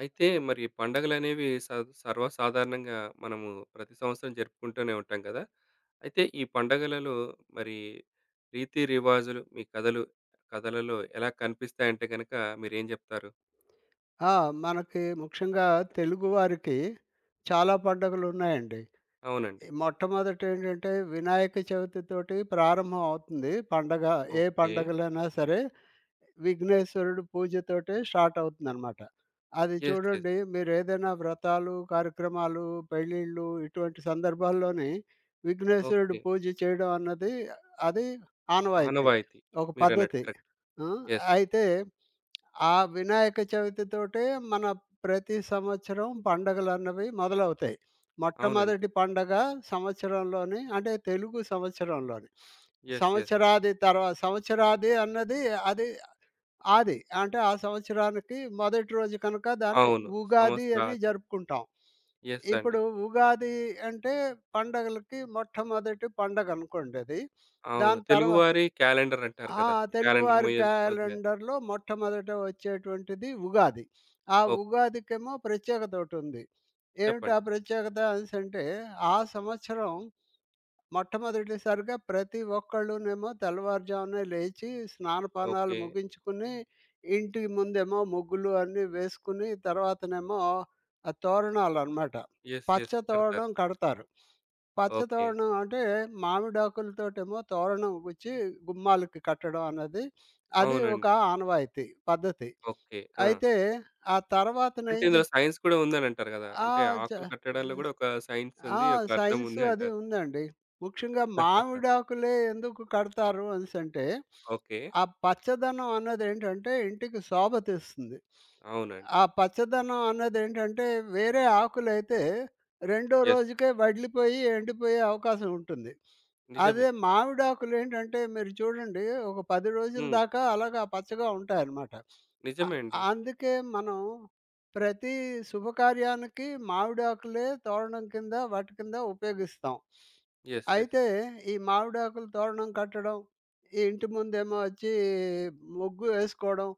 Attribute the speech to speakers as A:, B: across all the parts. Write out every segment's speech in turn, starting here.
A: అయితే మరి పండగలనేవి సర్వసాధారణంగా మనము ప్రతి సంవత్సరం జరుపుకుంటూనే ఉంటాం కదా! అయితే ఈ పండగలలో మరి రీతి రివాజులు మీ కథలలో ఎలా కనిపిస్తాయంటే గనక మీరేం జెప్తారు?
B: ఆ! మనకి ముఖ్యంగా తెలుగువారికి చాలా పండుగలున్నాయండి.
A: అవునండి.
B: మొట్టమొదటేంటంటే వినాయక చవితితోటి ప్రారంభం అవుతుంది పండగ. ఏ
A: ఓకే.
B: పండగలైనా సరే. విఘ్నేశ్వరుడు పూజతోటే స్టార్ట్ అవుతుందనమాట. అది
A: యెస్.
B: చూడండి మీరేదైనా వ్రతాలు, కార్యక్రమాలు, పెళ్ళిళ్ళు ఇటువంటి సందర్భాల్లోని విఘ్నేశ్వరుడు
A: ఓకే.
B: పూజ చేయడం అన్నది అది ఆనవాయితీ.
A: ఆనవాయితీ.
B: ఒక
A: మీరన్నట్టు
B: పద్ధతి.
A: కరెక్ట్.
B: ఆ!
A: యెస్.
B: అయితే ఆ వినాయక చవితితోటే మన ప్రతి సంవత్సరం పండగలన్నవి మొదలవుతాయి.
A: అవునండి.
B: మొట్టమొదటి పండగ సంవత్సరంలోని అంటే తెలుగు సంవత్సరంలోని.
A: యెస్.
B: సంవత్సరాది అన్నది అది అది. అంటే ఆ సంవత్సరానికి మొదటి రోజు కనుక దాన్ని
A: అవును.
B: ఉగాది అని
A: సంవత్సరాది.
B: జరుపుకుంటాం.
A: యెస్ అండి.
B: ఇప్పుడు ఉగాది అంటే పండగలకి మొట్టమొదటి పండగ అనుకోండి అది.
A: అవును.
B: దాని తర్వా
A: తెలుగువారి క్యాలెండర్ అంటారు
B: ఆ!
A: కదా! క్యాలెండర్
B: తెలుగువారి
A: మొయల్ మొదలయ్యారు.
B: క్యాలెండర్‌లో మొట్టమొదట వచ్చేటువంటిది ఉగాది. ఆ
A: ఓకే.
B: ఉగాదికేమో ప్రత్యేకతోటుంది. ఏమిటి ఆ
A: చెప్పండి.
B: ప్రత్యేకత అనేసంటే, ఆ సంవత్సరం మొట్టమొదటిసారిగా ప్రతి ఒక్కళ్ళునేమో తెల్లవారుజామునే లేచి స్నానపానాలు
A: ఓకే.
B: ముగించుకుని, ఇంటి ముందేమో ముగ్గులు అన్నీ వేసుకుని, తర్వాతనేమో ఆ తోరణాలనమాట. పచ్చ
A: యెస్. కడతారు.
B: తోరణం కడతారు. పచ్చ
A: ఓకే.
B: తోరణం అంటే మామిడాకులతోటేమో తోరణం గుచ్చి గుమ్మాలకి కట్టడం అన్నది. అది ఒక
A: అవునండి.
B: ఆనవాయితీ, పద్ధతి.
A: ఓకే. ఆ!
B: అయితే ఆ
A: అంటే
B: తర్వాతనేం చే
A: ఇందులో సైన్స్ కూడా ఉందనంటారు గదా! అంటే
B: ఆ! చ
A: ఆకులు కట్టడంలో గూడా ఒక సైన్స్
B: ఆ!
A: ఉంది. ఒక అర్థం
B: సైన్స్
A: ఉంది
B: అది
A: అంటారు.
B: ఉందండి. ముఖ్యంగా మామిడాకులే ఎందుకు కడతారు అనేసంటే,
A: ఓకే.
B: ఆ పచ్చదనం అన్నదేంటంటే ఇంటికి శోభ తెస్తుంది.
A: అవునండి.
B: ఆ పచ్చదనం అన్నదేంటంటే వేరే ఆకులైతే రెండో
A: యెస్.
B: రోజుకే వడిలిపోయి, ఎండిపోయే అవకాశం ఉంటుంది.
A: నిజమే.
B: అదే మామిడాకులేంటంటే మీరు చూడండి ఒక 10 రోజుల
A: హ్మ్.
B: దాకా అలాగా పచ్చగా ఉంటాయన్నమాట. అ
A: నిజమే అండి.
B: అందుకే మనం ప్రతి శుభకార్యానికి మావిడాకులే తోరణం కింద వాటి కింద ఉపయోగిస్తాం.
A: యెస్.
B: అయితే ఈ మావిడాకులు తోరణం కట్టడం, ఈ ఇంటి ముందేమో వచ్చి ముగ్గు వేసుకోవడం,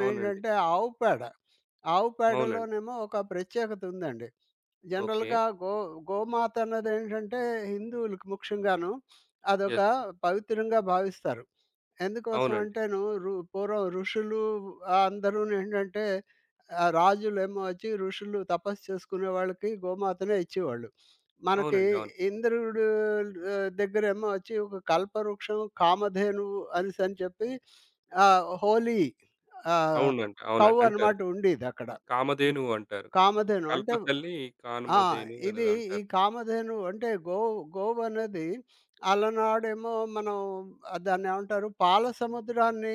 A: అవునండి.
B: ఆవు పేడ. ఆవు
A: అవునండి.
B: పేడలోనేమో ఒక ప్రత్యేకత ఉందండి.
A: ఓకే.
B: జనరల్‌గా గో గోమాత అన్నదేంటంటే హిందువులకి ముఖ్యంగాను అదొక
A: యెస్.
B: పవిత్రంగా భావిస్తారు. ఎందుకోసం
A: అవునండి.
B: అంటేను రు పూర్వం ఋషులు అందరూను ఏంటంటే రాజులేమో వచ్చి ఋషులు తపస్సు చేసుకునే వాళ్ళకి గోమాతనే ఇచ్చేవాళ్ళు. మనకి
A: అవునండి. అవును.
B: ఇంద్రుడు దగ్గరేమో వచ్చి ఒక కల్పవృక్షం కామధేనువు అనేసని చెప్పి హోలీ ఆహ్,
A: అవునండి.
B: కౌ
A: అవునండి. అంటారు.
B: అనమాట ఉండేదక్కడ.
A: కామధేనువు అంటారు.
B: కామధేను అంటే,
A: కల్పతల్లి
B: ఆ!
A: కామధేనువు
B: ఇది
A: అనేదో
B: ఈ
A: అంటారు.
B: కామధేను అంటే గోవనేది అలనాడేమో మనం దాన్నేమంటారు? పాల సముద్రాన్ని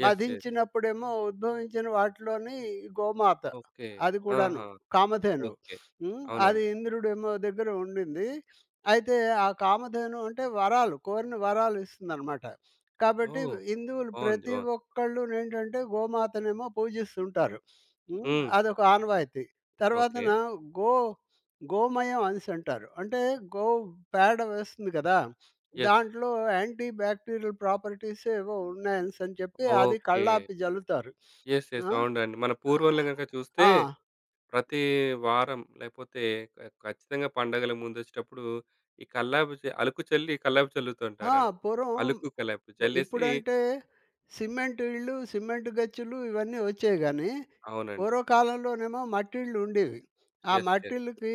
A: యెస్.
B: మధించినప్పుడేమో ఉద్భవించిన వాటిలోని ఈ గోమాత.
A: ఓకే.
B: అది కూడాను.
A: ఆహా!
B: కామధేను.
A: ఓకే.
B: అది
A: అవునండి.
B: ఇంద్రుడేమో దగ్గర ఉండింది. అయితే ఆ కామధేను అంటే వరాలు, కోరిన వరాలు ఇస్తుందనమాట. కాబట్టి
A: ఓహ్!
B: హిందువులు
A: బావుంది.
B: ప్రతి
A: బావుంది.
B: ఒక్కళ్ళునేంటంటే గోమాతనేమో పూజిస్తుంటారు. హ్మ్.
A: హ్మ్.
B: అదొక ఆనవాయితీ.
A: ఓకే.
B: తర్వాతన గో గోమయం అనేసి అంటారు. అంటే గో పేడ వేస్తుంది కదా!
A: యెస్.
B: దాంట్లో యాంటీ బ్యాక్టీరియల్ ప్రాపర్టీస్ ఏవో ఉన్నాయనేసి అని చెప్పి అది
A: ఓకే.
B: కళ్ళాపి జల్లుతారు.
A: యెస్.
B: ఆ!
A: అవునండి. మన పూర్వోళ్ళు గనక చూస్తే
B: ఆ!
A: ప్రతి వారం లేపోతే క ఖచ్చితంగా పండగల ముందొచ్చేటప్పుడు ఈ కల్లాపు చ అలుకు చల్లి కల్లాపు
B: ఆ!
A: చల్లుతుంటారు.
B: పూర్వం
A: అలుకు కల్లాపు చల్లేసి
B: ఇప్పుడంటే సిమెంట్ ఇళ్ళు, సిమెంట్ గచ్చులు ఇవన్నీ వచ్చాయి గానీ,
A: అవునండి.
B: పూర్వకాలంలోనేమో మట్టిళ్ళు ఉండేవి. ఆ
A: యెస్.
B: మట్టిళ్ళకి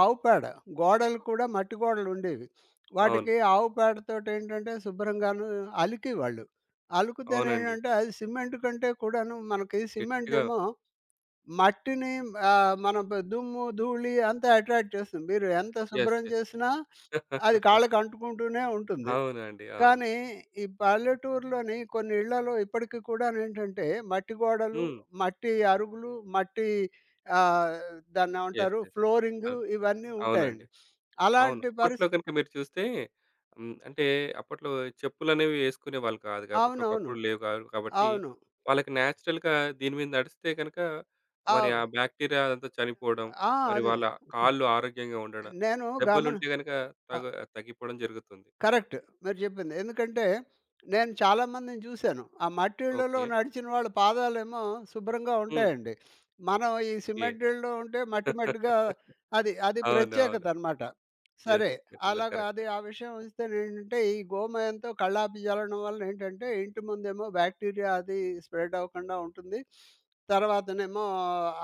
B: ఆవు పేడ గోడలు కూడా మట్టి గోడలుండేవి.
A: అవును.
B: వాటికి ఆవు పేడతోటేంటంటే శుభ్రంగాను అలికేవాళ్ళు.
A: అవునండి.
B: అలుకుతేనేంటంటే అది సిమెంట్ కంటే కూడాను మనకి సిమెంట్
A: గట్టిగా.
B: ఏమో మట్టిని ఆహ్, మన బ దుమ్ము, ధూళి అంతా అట్రాక్ట్ చేస్తుంది. మీరు ఎంత శుభ్రం
A: యెస్.
B: చేసినా అది కాళ్ళకి అంటుకుంటూనే ఉంటుంది.
A: అవునండి. అవును.
B: కానీ ఈ పల్లెటూరులోని కొన్ని ఇళ్లలో ఇప్పటికి కూడానేంటంటే, మట్టి గోడలు,
A: హ్మ్.
B: మట్టి అరుగులు, మట్టి ఆహ్, దాన్నేమంటారు
A: యెస్.
B: ఫ్లోరింగు
A: అల్
B: ఇవన్నీ ఉంటాయండి.
A: అవునండి. అవును.
B: అలాంటి
A: అప్పట్లో
B: పరిస్థి
A: గనుక మీరు చూస్తే హ్మ్. అంటే అప్పట్లో చెప్పులనేవి యేసుకునేవాళ్ళు కాదు కాబట్టి,
B: అవునవును.
A: ఒకప్పుడు లేవు గాదు కాబట్టి,
B: అవును.
A: వాళ్ళకి నేచురల్‌గా దీని మీద నడిస్తే గనక మరి
B: అవ్
A: ఆ బాక్టీరియా అదంతా చనిపోవడం,
B: ఆ!
A: మరి
B: అదే.
A: వాళ్ళ కాళ్ళు ఆరోగ్యంగా ఉండడం,
B: నేను గమని ఆ!
A: దెబ్బలుంటే గనక తగ తగ్గిపోవడం జరుగుతుంది.
B: కరెక్ట్. మీరు చెప్పింది. ఎందుకంటే నేను చాలామందిని చూసాను. ఆ మట్టి ఇళ్ళలో
A: ఓకే.
B: నడిచిన వాళ్ళ పాదాలేమో శుభ్రంగా
A: హ్మ్.
B: ఉంటాయండి. మనం ఈ
A: ఏ
B: సిమెంట్ ఇళ్ళలో ఉంటే మట్టి మట్టిగా అది అది
A: అవునవును.
B: ప్రత్యేకత అనమాట.
A: యెస్.
B: సరే.
A: మీరన్నది
B: అలాగా అది
A: కరెక్టే.
B: ఆ విషయం వస్తేనేంటంటే ఈ గోమయంతో కళ్ళాపి జల్లడం వలన ఏంటంటే ఇంటి ముందేమో బ్యాక్టీరియా అది స్ప్రెడ్ అవ్వకుండా ఉంటుంది. తర్వాతనేమో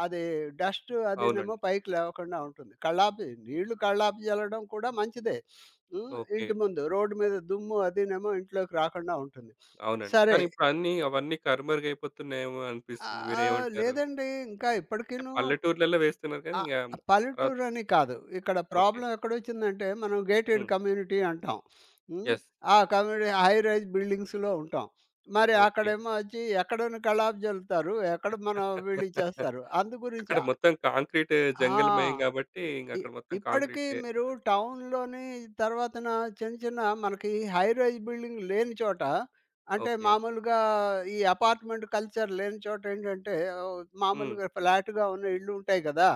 B: అది డస్ట్ అదినేమో
A: అవునండి.
B: పైకి లేవకుండా ఉంటుంది. కళ్ళాపి నీళ్లు కళ్ళాపి జల్లడం కూడా మంచిదే.
A: ఓకే.
B: ఇంటి ముందు రోడ్డు మీద దుమ్ము అదీనేమో ఇంట్లోకి రాకుండా ఉంటుంది.
A: అవునండి.
B: సరే.
A: కానీ ఇప్పుడు అవన్నీ కనుమరుగైపోతున్నాయేమో అనిపిస్తుంది. మీరేమంటారు?
B: లేదండి. ఇంకా
A: అంటే
B: ఇప్పటికీను
A: పల్లెటూర్లలో వేస్తున్నారు కానీ
B: ఆహ్,
A: ఇంక తర్వాత.
B: పల్లెటూరని కాదు. ఇక్కడ
A: ఓకే.
B: ప్రాబ్లమ్ ఎక్కడొచ్చిందంటే మనం గేటెడ్
A: హ్మ్.
B: కమ్యూనిటీ అంటాం. హ్మ్.
A: యెస్.
B: ఆ కమ్యూనిటీ హై రైజ్ బిల్డింగ్స్‌లో ఉంటాం. మరి
A: ఓకే.
B: అక్కడేమో వచ్చి ఎక్కడోని కల్లాపు జల్లుతారు. ఎక్కడ మనం వీళ్ళు చేస్తారు. అందు గురించి
A: అక్కడ మొత్తం కాంక్రీట్
B: ఆ!
A: జంగలమయం కాబట్టి
B: ఇ
A: ఇంగక్కడ మొత్తం
B: ఇప్పటికీ
A: కాంక్రీటే
B: మీరు
A: ఉంటది.
B: టౌన్‌లోని తర్వాతన చిన్న, చిన్న మనకి హై రైజ్ బిల్డింగ్ లేని చోట, అంటే
A: ఓకే.
B: మామూలుగా ఈ అపార్ట్మెంట్ కల్చర్ లేని చోట ఏంటంటే,
A: హ్మ్.
B: మామూలుగా ఫ్లాట్‌గా ఉన్న ఇళ్ళు ఉంటాయి కదా!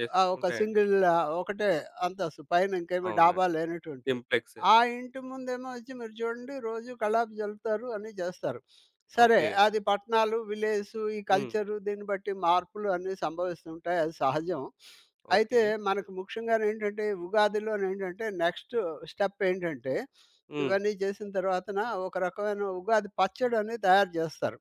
A: యెస్.
B: ఒక
A: ఉంటాయండి.
B: సింగిల్ ఒకటే అంతస్తు పైన ఇంకేమి డాబా
A: అవునండి.
B: లేనటువంటివి.
A: సింప్లెక్స్.
B: ఆ ఇంటి ముందేమో వచ్చి మీరు చూడండి రోజు కల్లాపి జల్లుతారు, అన్నీ చేస్తారు. సరే
A: ఓకే.
B: అది పట్టణాలు, విలేజెస్ ఈ
A: హ్మ్.
B: కల్చరు దీన్ని బట్టి మార్పులు అన్నీ సంభవిస్తుంటాయి అది సహజం. అయితే
A: ఓకే.
B: మనకు ముఖ్యంగానేంటంటే, ఉగాదిలోనేంటంటే నెక్స్ట్ స్టెప్ ఏంటంటే,
A: హ్మ్.
B: ఇవన్నీ చేసిన తర్వాతన ఒక రకమైన ఉగాది పచ్చడనేది తయారు జేస్తారు.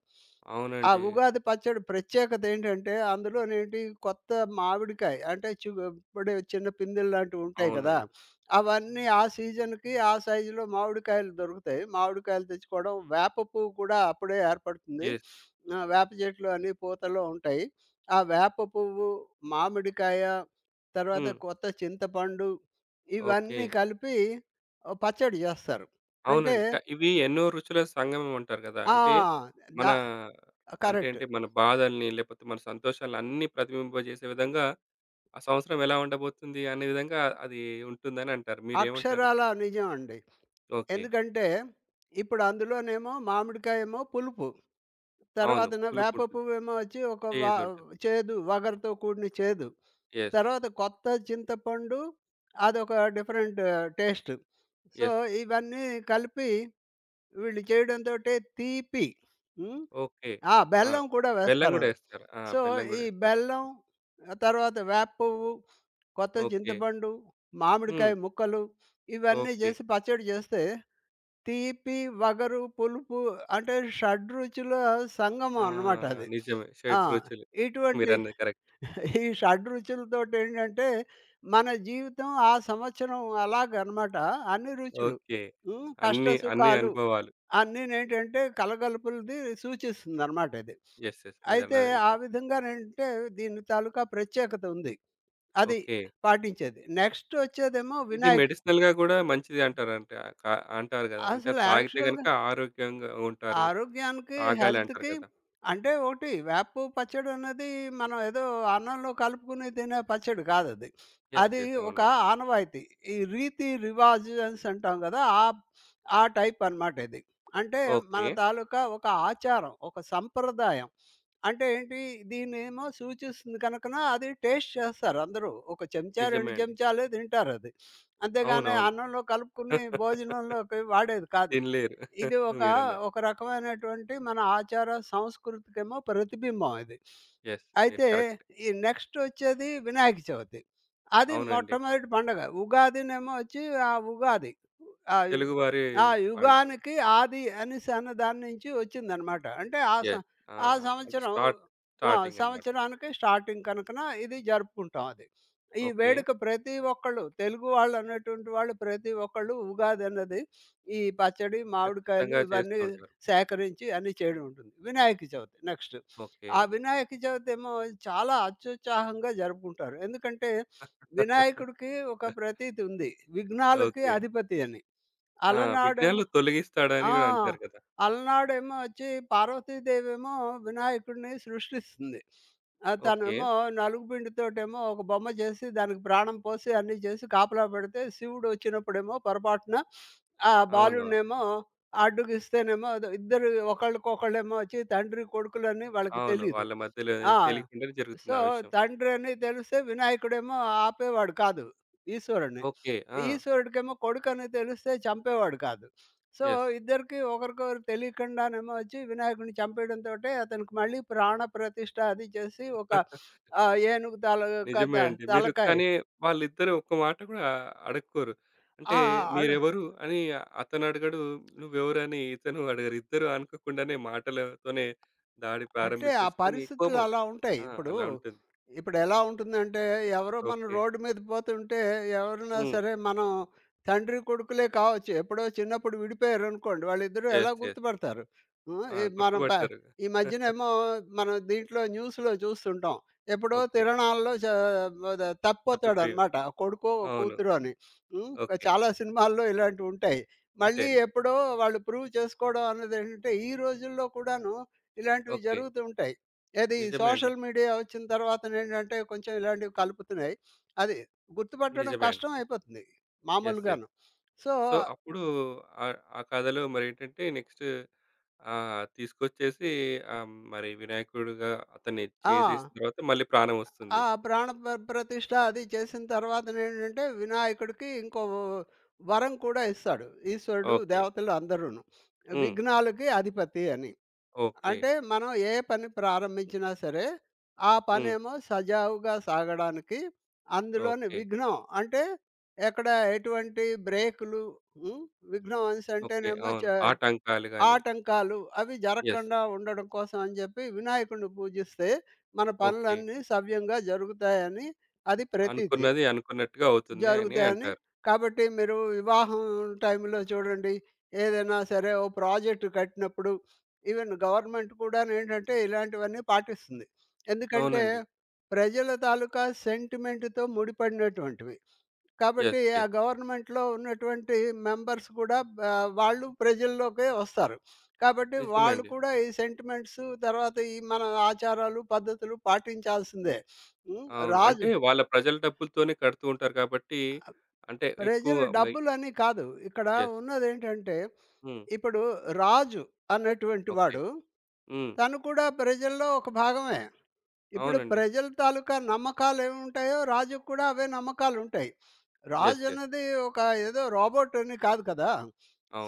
B: ఆ
A: అవునండి.
B: ఉగాది పచ్చడి ప్రత్యేకత ఏంటంటే, అందులోనేంటి కొత్త మామిడికాయ అంటే ఇప్పుడే చిన్న పిందెలు లాంటివుంటాయి గదా!
A: అవునండి.
B: అవన్నీ ఆ సీజన్‌కి ఆ సైజులో మామిడికాయలు దొరుకుతాయి. మామిడికాయలు తెచ్చుకోవడం, వేప పువ్వు కూడా అప్పుడే ఏర్పడుతుంది.
A: యెస్.
B: వేప చెట్లు అన్నీ పూతలో ఉంటాయి. ఆ వేప పువ్వు, మామిడికాయ తర్వాత
A: హ్మ్.
B: కొత్త చింతపండు,
A: ఓకే.
B: ఇవన్నీ కలిపి ఓ పచ్చడి జేస్తారు. అంటే
A: అవునండి. ఇవి ఎన్నో రుచుల సంగమం అంటారు గదా!
B: ఆ!
A: అంటే మన
B: ద
A: అంటే,
B: కరెక్ట్.
A: అంటే మన బాధల్ని లేకపోతే మన సంతోషాలను అన్నీ ప్రతిబింబజేసే విధంగా ఆ సంవత్సరం ఎలా ఉండబోతుంది అనే విధంగా అది ఉంటుందని అంటారు. మీరేమంటారు?
B: అక్షరాలా నిజం అండి.
A: ఓకే.
B: ఎందుకంటే, ఇప్పుడు అందులోనేమో మామిడికాయేమో పులుపు.
A: అవును.
B: తర్వాతన వేప
A: పులుపుంటుంది.
B: పువ్వేమో వచ్చి ఒక వ
A: చేదుంటుంది.
B: చేదు, వగరుతో కూడిన చేదు.
A: యెస్.
B: తర్వాత కొత్త చింతపండు అదొక డిఫరెంట్ టేస్ట్. So,
A: yes.
B: ఇవన్నీ కలిపి వీళ్ళు చేయడంతోటే తీపి. హ్మ్.
A: ఓకే.
B: ఆ!
A: ఆ!
B: బెల్లం కూడా వేస్తారు అందులో. సో,
A: బెల్లం గూడా
B: ఈ
A: యేస్తారు.
B: బెల్లం, ఆ తర్వాత వేప పువ్వు, కొత్త
A: ఓకే.
B: చింతపండు,
A: హ్మ్.
B: మామిడికాయ ముక్కలు ఇవన్నీ
A: ఓకే.
B: చేసి పచ్చడి చేస్తే తీపి, వగరు, పులుపు అంటే షడ్‌రుచుల సంగమం
A: ఆ!
B: అన్నమాట అది.
A: నిజమే.
B: ఆ!
A: షెడ్ రుచులు.
B: ఇటువంటి
A: మీరన్నది కరెక్ట్.
B: ఈ షడ్‌రుచులతోటేంటంటే మన జీవితం ఆ సంవత్సరం అలాగనమాట. అన్ని రుచులు.
A: ఓకే.
B: కష్ట
A: అన్ని
B: సుఖాలు
A: అనుభవాలు.
B: అన్నీనేంటంటే కలగలుపులది సూచిస్తుందనమాట ఇది.
A: యెస్.
B: అయితే
A: మీరన్నది
B: ఆ
A: నిజం.
B: విధంగానంటే దీని తాలూకా ప్రత్యేకత ఉంది. అది
A: ఓకే.
B: పాటించేది. నెక్స్ట్ వచ్చేదేమో
A: ఇది
B: వినాయక్
A: మెడిసినల్‌గా గూడా మంచిది అంటారంట క అంటారు గదా! అంటే
B: అసలు
A: తాగితే
B: యాక్చువల్‌గా
A: గనుక ఆరోగ్యంగా ఉంటారు.
B: ఆరోగ్యానికి,
A: తాగాలి అంటారు
B: హెల్త్‌కి
A: కదా!
B: అంటే ఒకటి వేప పువ్వు పచ్చడి అన్నది మనం ఏదో అన్నంలో కలుపుకుని తినే పచ్చడి కాదది. అది అది
A: యెస్.
B: ఒక
A: అవునండి.
B: ఆనవాయితీ. ఈ రీతి రివాజన్స్ అంటాం కదా! ఆ ఆ టైప్ అనమాట ఇది. అంటే
A: ఓకే.
B: మన తాలూకా ఒక ఆచారం, ఒక సంప్రదాయం. అంటే ఏంటి దీన్నేమో సూచిస్తుంది కనుకన అది టేస్ట్ చేస్తారు అందరూ. ఒక చెంచా,
A: నిజమే
B: 2
A: అండి.
B: చెంచాలే తింటారది. అంతేగాని
A: అవునవును.
B: అన్నంలో కలుపుకుని భోజనంలోకి వాడేది కాదు.
A: తినలేరు.
B: ఇది ఒక,
A: మీరన్నట్టు.
B: ఒక రకమైనటువంటి మన ఆచార సంస్కృతికేమో ప్రతిబింబం ఇది.
A: యెస్. మీరు
B: అయితే
A: కరెక్ట్.
B: ఈ నెక్స్ట్ వచ్చేది వినాయక చవితి. అది
A: అవునండి.
B: మొట్టమొదటి పండగ. ఉగాదినేమో వచ్చి ఆ ఉగాది. ఆ యు
A: తెలుగువారి
B: ఆ
A: వంటలు.
B: యుగానికి ఆది అనేసి అన్న దాని నుంచి వచ్చిందనమాట. అంటే ఆ
A: యెస్.
B: సం
A: ఆ!
B: ఆ
A: అంటే
B: సంవత్సరం
A: స్టార్టింగ్ అన్నమాట.
B: సంవత్సరానికి స్టార్టింగ్ కనుకన ఇది జరుపుకుంటాం అది. ఈ
A: ఓకే.
B: వేడుక ప్రతి ఒక్కళ్ళు తెలుగు వాళ్ళన్నటువంటి వాళ్ళు ప్రతి ఒక్కళ్ళు ఉగాదన్నది ఈ పచ్చడి, మామిడికాయలు
A: ఖచ్చితంగా
B: ఇవన్నీ
A: చేస్తుంటారు.
B: సేకరించి అన్నీ చేయడం ఉంటుంది. వినాయక చవితి నెక్స్ట్.
A: ఓకే.
B: ఆ వినాయక చవితేమో చాలా అత్యుత్సాహంగా జరుపుకుంటారు. ఎందుకంటే వినాయకుడికి ఒక ప్రతీతి ఉంది. విఘ్నాలకి
A: ఓకే.
B: అధిపతి అని.
A: ఆ!
B: అలనాడేమో
A: విఘ్నాలు తొలగిస్తాడని
B: ఆ!
A: గూడా అంటారు కదా!
B: అలనాడేమో వచ్చి పార్వతీదేవేమో వినాయకుడిని సృష్టిస్తుంది.
A: ఓకే.
B: తనేమో నలుగు పిండితోటేమో ఒక బొమ్మ చేసి దానికి ప్రాణం పోసి అన్నీ చేసి కాపలా పెడితే శివుడొచ్చినప్పుడేమో పొరపాటున ఆ
A: అవునవును.
B: బాలుడినేమో అడ్డుగిస్తేనేమో అదో ఇద్దరు ఒకళ్ళకొకళ్ళేమో వచ్చి తండ్రి కొడుకులని వాళ్ళకి
A: అవును.
B: తెలీదు.
A: వాళ్ళ మధ్యలో
B: ఆ!
A: తెలియకుండానే జరుగుతుంది
B: సో,
A: ఆ విషయం.
B: తండ్రని తెలిస్తే వినాయకుడేమో ఆపేవాడు కాదు ఈశ్వరుడిని.
A: ఓకే. ఆ!
B: ఈశ్వరుడికేమో కొడుకని తెలిస్తే చంపేవాడు కాదు. So,
A: yes.
B: ఇద్దరికీ ఒకరికొకరు తెలియకుండానేమో వచ్చి వినాయకుడిని చంపేయడంతోటే అతనికి మళ్ళీ ప్రాణ ప్రతిష్ఠ అది చేసి ఒక ఏనుగు తాలూకా
A: నిజమే అండి. మీరు
B: తలకాయ.
A: కానీ వాళ్ళిద్దరూ ఒక్క మాట కూడా అడుక్కోరు. అంటే
B: ఆ! ఆ! అడు
A: మీరెవరు అని అతనడగడు, నువ్వెవరని ఇతను అడగరు. ఇద్దరు అనుకోకుండానే మాటలతోనే దాడి
B: అంటే ఆ
A: ప్రారంభించేసుకొని
B: పరిస్థితులు
A: కోపం.
B: అలా ఉంటాయి.
A: ఆ! అలా ఉంటుంది.
B: ఇప్పుడు ఎలా ఉంటుందంటే ఎవరో మనం
A: ఓకే.
B: రోడ్డు మీద పోతుంటే ఎవరైనా
A: హ్మ్.
B: సరే మనం తండ్రి కొడుకులే కావచ్చు. ఎప్పుడో చిన్నప్పుడు విడిపోయారనుకోండి వాళ్ళిద్దరూ ఎలా
A: యెస్.
B: గుర్తుపడతారు? హ్మ్.
A: ఆ!
B: ఈ మనం ప
A: గుర్తుపట్టారు.
B: ఈ మధ్యనేమో మనం దీంట్లో న్యూస్‌లో చూస్తుంటాం. ఎప్పుడో
A: ఓకే.
B: తిరణాల్లో చ ద
A: తప్పిపోయావు.
B: తప్పిపోతాడనమాట కొడుకో,
A: అవును.
B: కూతురో అని. హ్మ్.
A: ఓకే.
B: చాలా సినిమాల్లో ఇలాంటివుంటాయి.
A: అంతే
B: మళ్ళీ
A: అండి.
B: ఎప్పుడో వాళ్ళు ప్రూవ్ చేసుకోవడం అన్నదేంటంటే ఈ రోజుల్లో కూడాను ఇలాంటివి
A: ఓకే.
B: జరుగుతూ ఉంటాయి. ఏది
A: నిజమే అండి.
B: సోషల్ మీడియా వచ్చిన తర్వాతనేంటంటే కొంచెం ఇలాంటివి కలుపుతున్నాయి. అది గుర్తుపట్టడం
A: నిజమే అండి.
B: కష్టం అయిపోతుంది
A: యెస్.
B: మామూలుగాను. సో
A: సో, అప్పుడు ఆ కథలో మరేంటంటే నెక్స్ట్ తీసుకొచ్చేసి మరి వినాయకుడుగా అతన్ని
B: ఆ!
A: చేసేసిన తర్వాత మళ్ళీ ప్రాణం
B: ఆ
A: వస్తుంది.
B: ప్రాణ ప్రతిష్ఠ అది చేసిన తర్వాతనేంటంటే వినాయకుడికి ఇంకో వరం కూడా ఇస్తాడు. ఈశ్వరుడు,
A: ఓకే.
B: దేవతలు అందరూను.
A: హ్మ్.
B: విఘ్నాలకి అధిపతి అని.
A: ఓకే.
B: అంటే మనం ఏ పని ప్రారంభించినా సరే, ఆ
A: హ్మ్.
B: పనేమో సజావుగా సాగడానికి అందులోని
A: ఓకే.
B: విఘ్నం అంటే ఎక్కడ ఎటువంటి బ్రేకులు, హ్మ్. విఘ్నం అనేసి
A: ఓకే.
B: అంటేనేమో
A: అవును.
B: చ
A: ఆటంకాలు గాని
B: ఆటంకాలు అవి
A: యెస్.
B: జరగకుండా ఉండడం కోసం అని చెప్పి వినాయకుడిని పూజిస్తే మన
A: ఓకే.
B: పనులన్నీ సవ్యంగా జరుగుతాయని అది ప్రతీతి.
A: అనుకున్నది అనుకున్నట్టుగా అవుతుంది అని
B: జరుగుతాయని.
A: అంటారు.
B: కాబట్టి మీరు వివాహం టైంలో చూడండి, ఏదైనా సరే ఓ ప్రాజెక్ట్ కట్టినప్పుడు ఈవెన్ గవర్నమెంట్ కూడానేంటంటే ఇలాంటివన్నీ పాటిస్తుంది. ఎందుకంటే
A: అవునండి.
B: ప్రజల తాలూకా సెంటిమెంట్‌తో ముడిపడినటువంటివి. కాబట్టి ఆ
A: యెస్.
B: గవర్నమెంట్‌లో ఉన్నటువంటి మెంబర్స్ కూడా వాళ్ళు ప్రజల్లోకే వస్తారు. కాబట్టి
A: నిజమే
B: వాళ్ళు
A: అండి.
B: కూడా ఈ సెంటిమెంట్స్ తర్వాత ఈ మన ఆచారాలు, పద్ధతులు పాటించాల్సిందే. హ్మ్.
A: అవును. అంటే
B: రాజు
A: వాళ్ళ ప్రజల డబ్బులతోనే కడుతూ ఉంటారు కాబట్టి అంటే ఎక్కువ
B: ప్రజలు
A: మరి
B: డబ్బులని కాదు. ఇక్కడ
A: యెస్.
B: ఉన్నదేంటంటే,
A: హ్మ్.
B: ఇప్పుడు రాజు అన్నటువంటి
A: ఓకే.
B: వాడు,
A: హ్మ్.
B: తను కూడా ప్రజల్లో ఒక భాగమే. ఇప్పుడు
A: అవునండి.
B: ప్రజల తాలూకా నమ్మకాలేవుంటాయో, రాజుకి కూడా అవే నమ్మకాలుంటాయి.
A: యెస్.
B: రాజన్నది ఒక ఏదో రోబోట్ అని కాదు కదా!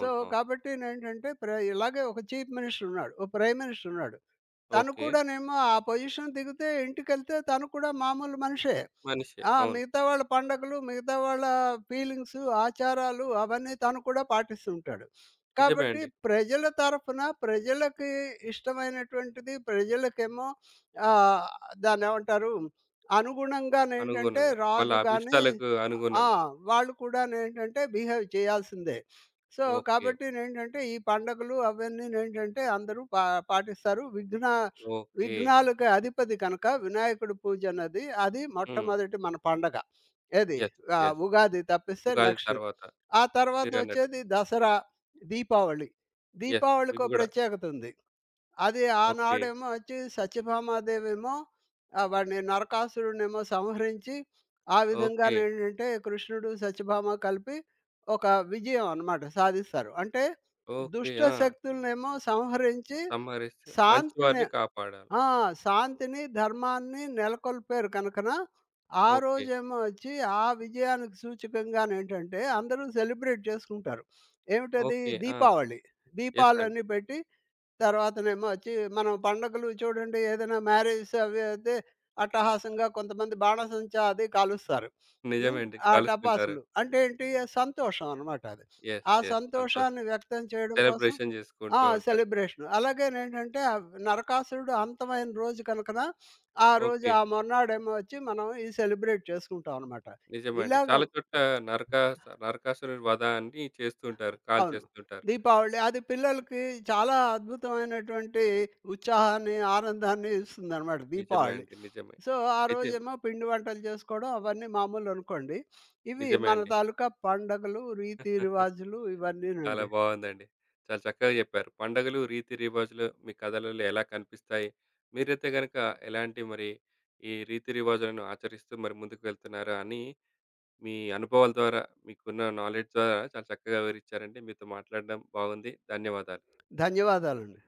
B: సో,
A: అవును.
B: కాబట్టినేంటంటే, ఇలాగే ఒక చీఫ్ మినిస్టర్ ఉన్నాడు. ఓ ప్రైమ్ మినిస్టర్ ఉన్నాడు. తను
A: ఓకే.
B: కూడానేమో ఆ పొజిషన్ దిగితే ఇంటికెళ్తే తను కూడా మామూలు మనిషే.
A: మనిషే. అవును.
B: మిగతా వాళ్ళ పండగలు, మిగతా వాళ్ళ ఫీలింగ్స్, ఆచారాలు అవన్నీ తను కూడా పాటిస్తూ ఉంటాడు.
A: నిజమే
B: కాబట్టి
A: అండి.
B: ప్రజల తరఫున ప్రజలకి ఇష్టమైనటువంటిది ప్రజలకేమో ఆహ్, దాన్నేమంటారు? అనుగుణంగానేంటంటే
A: అనుగుణంగా. వాళ్ళ
B: రాజు గాని
A: అభిష్టాలకు
B: ఆ!
A: అనుగుణంగా.
B: వాళ్ళు కూడానేంటంటే బిహేవ్ చేయాల్సిందే. So,
A: okay.
B: కాబట్టినేంటంటే ఈ పండగలు అవన్నీనేంటంటే అందరూ పాటిస్తారు.
A: ఓకే.
B: విఘ్నాలకి అధిపతి కనుక వినాయకుడి పూజ అన్నది అది
A: హ్మ్.
B: మొట్టమొదటి మన పండగ. ఏది
A: యెస్. యెస్.
B: ఉగాది తప్పిస్తే
A: ఉగాది
B: నెక్స్ట్.
A: తర్వాత
B: ఆ తర్వాత
A: మీరన్నట్టు.
B: వచ్చేది దసరా, దీపావళి.
A: యెస్.
B: దీపావళికో
A: ఇవి గూడా.
B: ప్రత్యేకత ఉంది. అది
A: ఓకే.
B: ఆనాడేమో వచ్చి సత్యభామాదేవేమో వాడిని నరకాసురుడినేమో సంహరించి ఆ
A: ఓకే.
B: విధంగానేంటంటే కృష్ణుడు, సత్యభామ కలిపి ఒక విజయం అన్నమాట సాధిస్తారు. అంటే
A: ఓకే.
B: దుష్ట
A: ఆ!
B: శక్తులనేమో సంహరించి
A: సంహరిస్తూ
B: శాంతిని
A: మంచివారిని కాపాడాలి.
B: ఆ! శాంతిని, ధర్మాన్ని నెలకొల్పారు కనుకన, ఆ
A: ఓకే.
B: రోజేమో వచ్చి ఆ విజయానికి సూచకంగానేంటంటే అందరూ సెలబ్రేట్ చేసుకుంటారు. ఏమిటది
A: ఓకే. ఆ!
B: దీపావళి.
A: యెస్ అండి.
B: దీపాలన్నీ పెట్టి తర్వాతనేమో వచ్చి మనం పండగలు చూడండి ఏదైనా మ్యారేజెస్ అవి అయితే అట్టహాసంగా కొంతమంది బాణసంచా అది కాలుస్తారు. హ్మ్.
A: నిజమే అండి.
B: ఆ
A: కలుస్తుంటారు.
B: టపాసులు. అంటే ఏంటి? ఆ సంతోషం అనమాట అది. ఆ
A: యెస్. సంతోషం.
B: సంతోషాన్ని వ్యక్తం చేయడం కోసం
A: సెలబ్రేషన్
B: ఆ!
A: జేసుకుంటూ ఉంటారు.
B: సెలబ్రేషన్. అలాగేనేంటంటే నరకాసురుడు అంతమైన రోజు కనుకన, ఆ రోజు
A: ఓకే.
B: ఆ మొన్నాడేమో వచ్చి మనం ఇది సెలబ్రేట్ చేసుకుంటాం అనమాట.
A: నిజమే అండి.
B: ఇలాగ
A: చాలా చోట్ల నరకా నరకాసురుడి వధ అని చేస్తుంటారు.
B: అవును.
A: కాల్చేస్తుంటారు.
B: దీపావళి అది పిల్లలకి చాలా అద్భుతమైనటువంటి ఉత్సాహాన్ని, ఆనందాన్ని ఇస్తుందనమాట
A: నిజమే
B: దీపావళి.
A: అండి. నిజమే.
B: సో, ఆ
A: అయితే
B: రోజేమో పిండి వంటలు చేసుకోవడం అవన్నీ మామూలనుకోండి. ఇవి
A: నిజమే
B: మన
A: అండి.
B: తాలూకా పండగలు, రీతి రివాజులు
A: చాలా
B: ఇవన్నీనండి.
A: బావుందండి. చాలా చక్కగా చెప్పారు. పండగలు, రీతి రివాజులు మీ కథలలో ఎలా కనిపిస్తాయి? మీరైతే గనక ఎలాంటి మరి ఈ రీతి రివాజులను ఆచరిస్తూ మరి ముందుకు వెళ్తున్నారా అని మీ అనుభవాల ద్వారా మీకున్న నాలెడ్జ్ ద్వారా చాలా చక్కగా వివరించారండి. మీతో మాట్లాడడం బాగుంది. ధన్యవాదాలు.
B: ధన్యవాదాలండి.